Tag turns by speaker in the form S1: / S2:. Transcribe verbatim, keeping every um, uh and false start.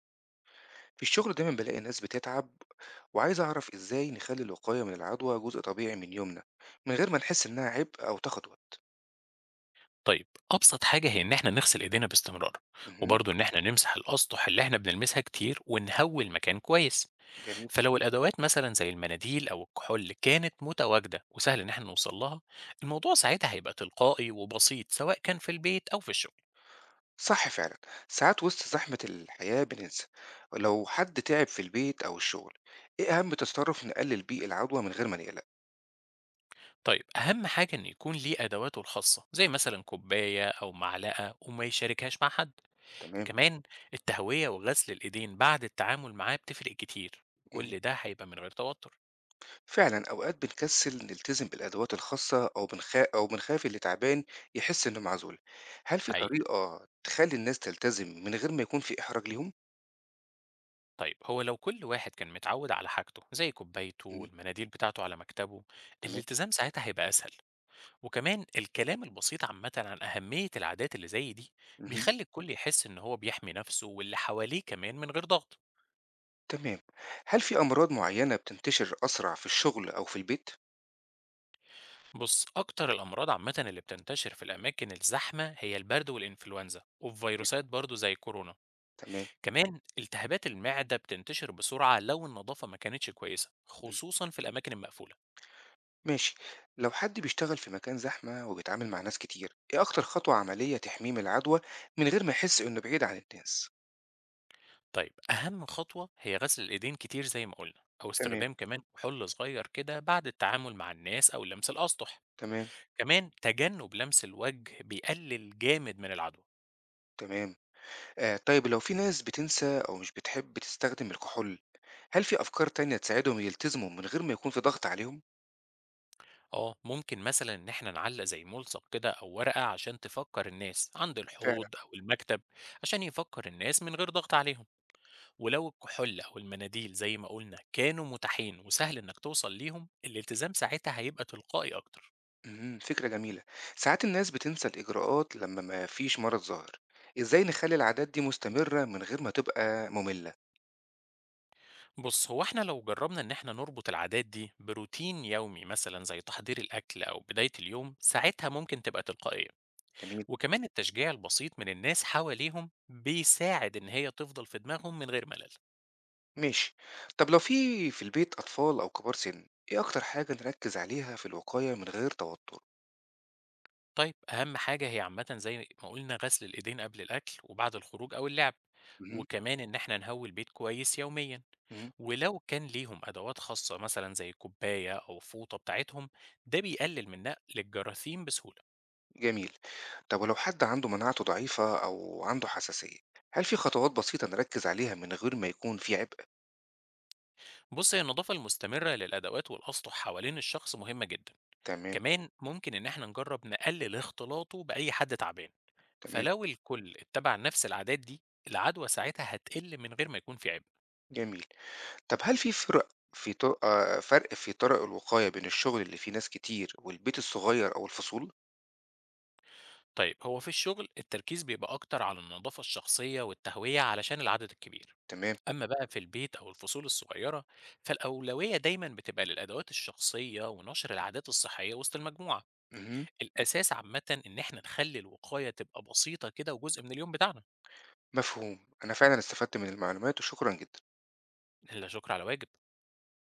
S1: في الشغل دايما بلاقي ناس بتتعب وعايز أعرف إزاي نخلي الوقاية من العدوى جزء طبيعي من يومنا من غير ما نحس إنها عبء أو تاخد وقت.
S2: طيب، أبسط حاجة هي إن إحنا نغسل إيدينا باستمرار،
S1: مهم.
S2: وبرضه إن إحنا نمسح الأسطح اللي إحنا بنلمسها كتير ونهوي المكان كويس.
S1: جميل.
S2: فلو الأدوات مثلا زي المناديل أو الكحول كانت متواجدة وسهل إن إحنا نوصل لها، الموضوع ساعتها هيبقى تلقائي وبسيط، سواء كان في البيت أو في الشغل.
S1: صح فعلا. ساعات وسط زحمة الحياة بننسى. لو حد تعب في البيت أو الشغل، إيه أهم تصرف نقلل بيه العدوى من غير ما نقلق؟
S2: طيب، أهم حاجة إن يكون ليه أدواته الخاصة، زي مثلا كوباية أو معلقة، وما يشاركهاش مع حد.
S1: تمام.
S2: كمان التهوية وغسل الإيدين بعد التعامل معاه بتفرق كتير،
S1: مهم.
S2: كل ده هيبقى من غير توتر.
S1: فعلا أوقات بنكسل نلتزم بالأدوات الخاصة أو بنخا أو بنخاف اللي تعبان يحس إنه معزول. هل في
S2: حقيقي.
S1: طريقة تخلي الناس تلتزم من غير ما يكون في إحراج ليهم؟
S2: طيب، هو لو كل واحد كان متعود على حاجته، زي كوبايته
S1: مم.
S2: والمناديل بتاعته على مكتبه،
S1: تمام.
S2: الالتزام ساعتها هيبقى أسهل. وكمان الكلام البسيط عامة عن أهمية العادات اللي زي دي
S1: اهم،
S2: بيخلي الكل يحس إن هو بيحمي نفسه واللي حواليه كمان من غير ضغط.
S1: تمام. هل في أمراض معيّنة بتنتشر أسرع في الشغل أو في البيت؟
S2: بص، أكتر الأمراض عامة اللي بتنتشر في الأماكن الزحمة هي البرد والإنفلونزا وفيروسات برضه زي كورونا.
S1: تمام،
S2: كمان التهابات المعدة بتنتشر بسرعة لو النظافة ما كانتش كويسة،
S1: إمم،
S2: خصوصا في الأماكن المقفولة.
S1: ماشي. لو حد بيشتغل في مكان زحمة وبيتعامل مع ناس كتير، إيه أكتر خطوة عملية تحميه من العدوى من غير ما يحس إنه بعيد عن الناس؟
S2: طيب، أهم خطوة هي غسل الإيدين كتير زي ما قلنا، أو
S1: تمام،
S2: استخدام كمان كحول صغير كده بعد التعامل مع الناس أو لمس الأسطح.
S1: تمام،
S2: كمان تجنب لمس الوجه بيقلل جامد من العدوى.
S1: تمام. آآ طيب لو في ناس بتنسى أو مش بتحب تستخدم الكحول، هل في أفكار تانية تساعدهم يلتزموا من غير ما يكون في ضغط عليهم؟
S2: اه، ممكن مثلا ان احنا نعلق زي ملصق كده او ورقة عشان تفكر الناس عند
S1: فعلًا.
S2: الحوض او المكتب، عشان يفكر الناس من غير ضغط عليهم. ولو الكحول او المناديل زي ما قلنا كانوا متاحين وسهل انك توصل ليهم، الالتزام ساعتها هيبقى تلقائي اكتر.
S1: إمم، فكرة جميلة. ساعات الناس بتنسى الإجراءات لمّا ما فيش مرض ظاهر. إزاي نخلّي العادات دي مستمرة من غير ما تبقى مملة؟
S2: بص، هو احنا لو جربنا ان احنا نربط العادات دي بروتين يومي، مثلا زي تحضير الاكل او بداية اليوم، ساعتها ممكن تبقى تلقائية.
S1: جميل،
S2: وكمان التشجيع البسيط من الناس حواليهم بيساعد ان هي تفضل في دماغهم من غير ملل.
S1: ماشي. طب لو في في البيت أطفال أو كبار سِن، إيه أكتر حاجة نركّز عليها في الوقاية من غير توتر؟
S2: طيب، اهم حاجة هي عامة زي ما قلنا غسل الايدين قبل الاكل وبعد الخروج او اللعب.
S1: اهم،
S2: وكمان ان احنا نهوي البيت كويس يوميا.
S1: اهم،
S2: ولو كان ليهم ادوات خاصة مثلا زي كوباية او فوطة بتاعتهم، ده بيقلل من نقل الجراثيم بسهولة.
S1: جميل. طب ولو حد عنده مناعته ضعيفة أو عنده حساسية، هل في خطوات بسيطة نركّز عليها من غير ما يكون في عبء؟
S2: بص، هي النظافة المستمرة للأدوات والأسطح حوالين الشخص مهمة جدا.
S1: تمام،
S2: كمان ممكن إن احنا نجرب نقلل اختلاطه بأي حد تعبان.
S1: تمام،
S2: فلو الكل اتبع نفس العادات دي، العدوى ساعتها هتقل من غير ما يكون في عبء.
S1: جميل. طب هل في فرق في طرق آه، فرق في طرق الوقاية بين الشغل اللي فيه ناس كتير والبيت الصغير أو الفصول؟
S2: طيب، هو في الشغل التركيز بيبقى أكتر على النظافة الشخصية والتهوية علشان العدد الكبير.
S1: تمام،
S2: أما بقى في البيت أو الفصول الصغيرة، فالأولوية دايما بتبقى للأدوات الشخصية ونشر العادات الصحية وسط المجموعة.
S1: اهم،
S2: الأساس عامة إن احنا نخلي الوقاية تبقى بسيطة كده وجزء من اليوم بتاعنا.
S1: مفهوم، أنا فعلا استفدت من المعلومات وشكرا جدا.
S2: لا شكر على واجب.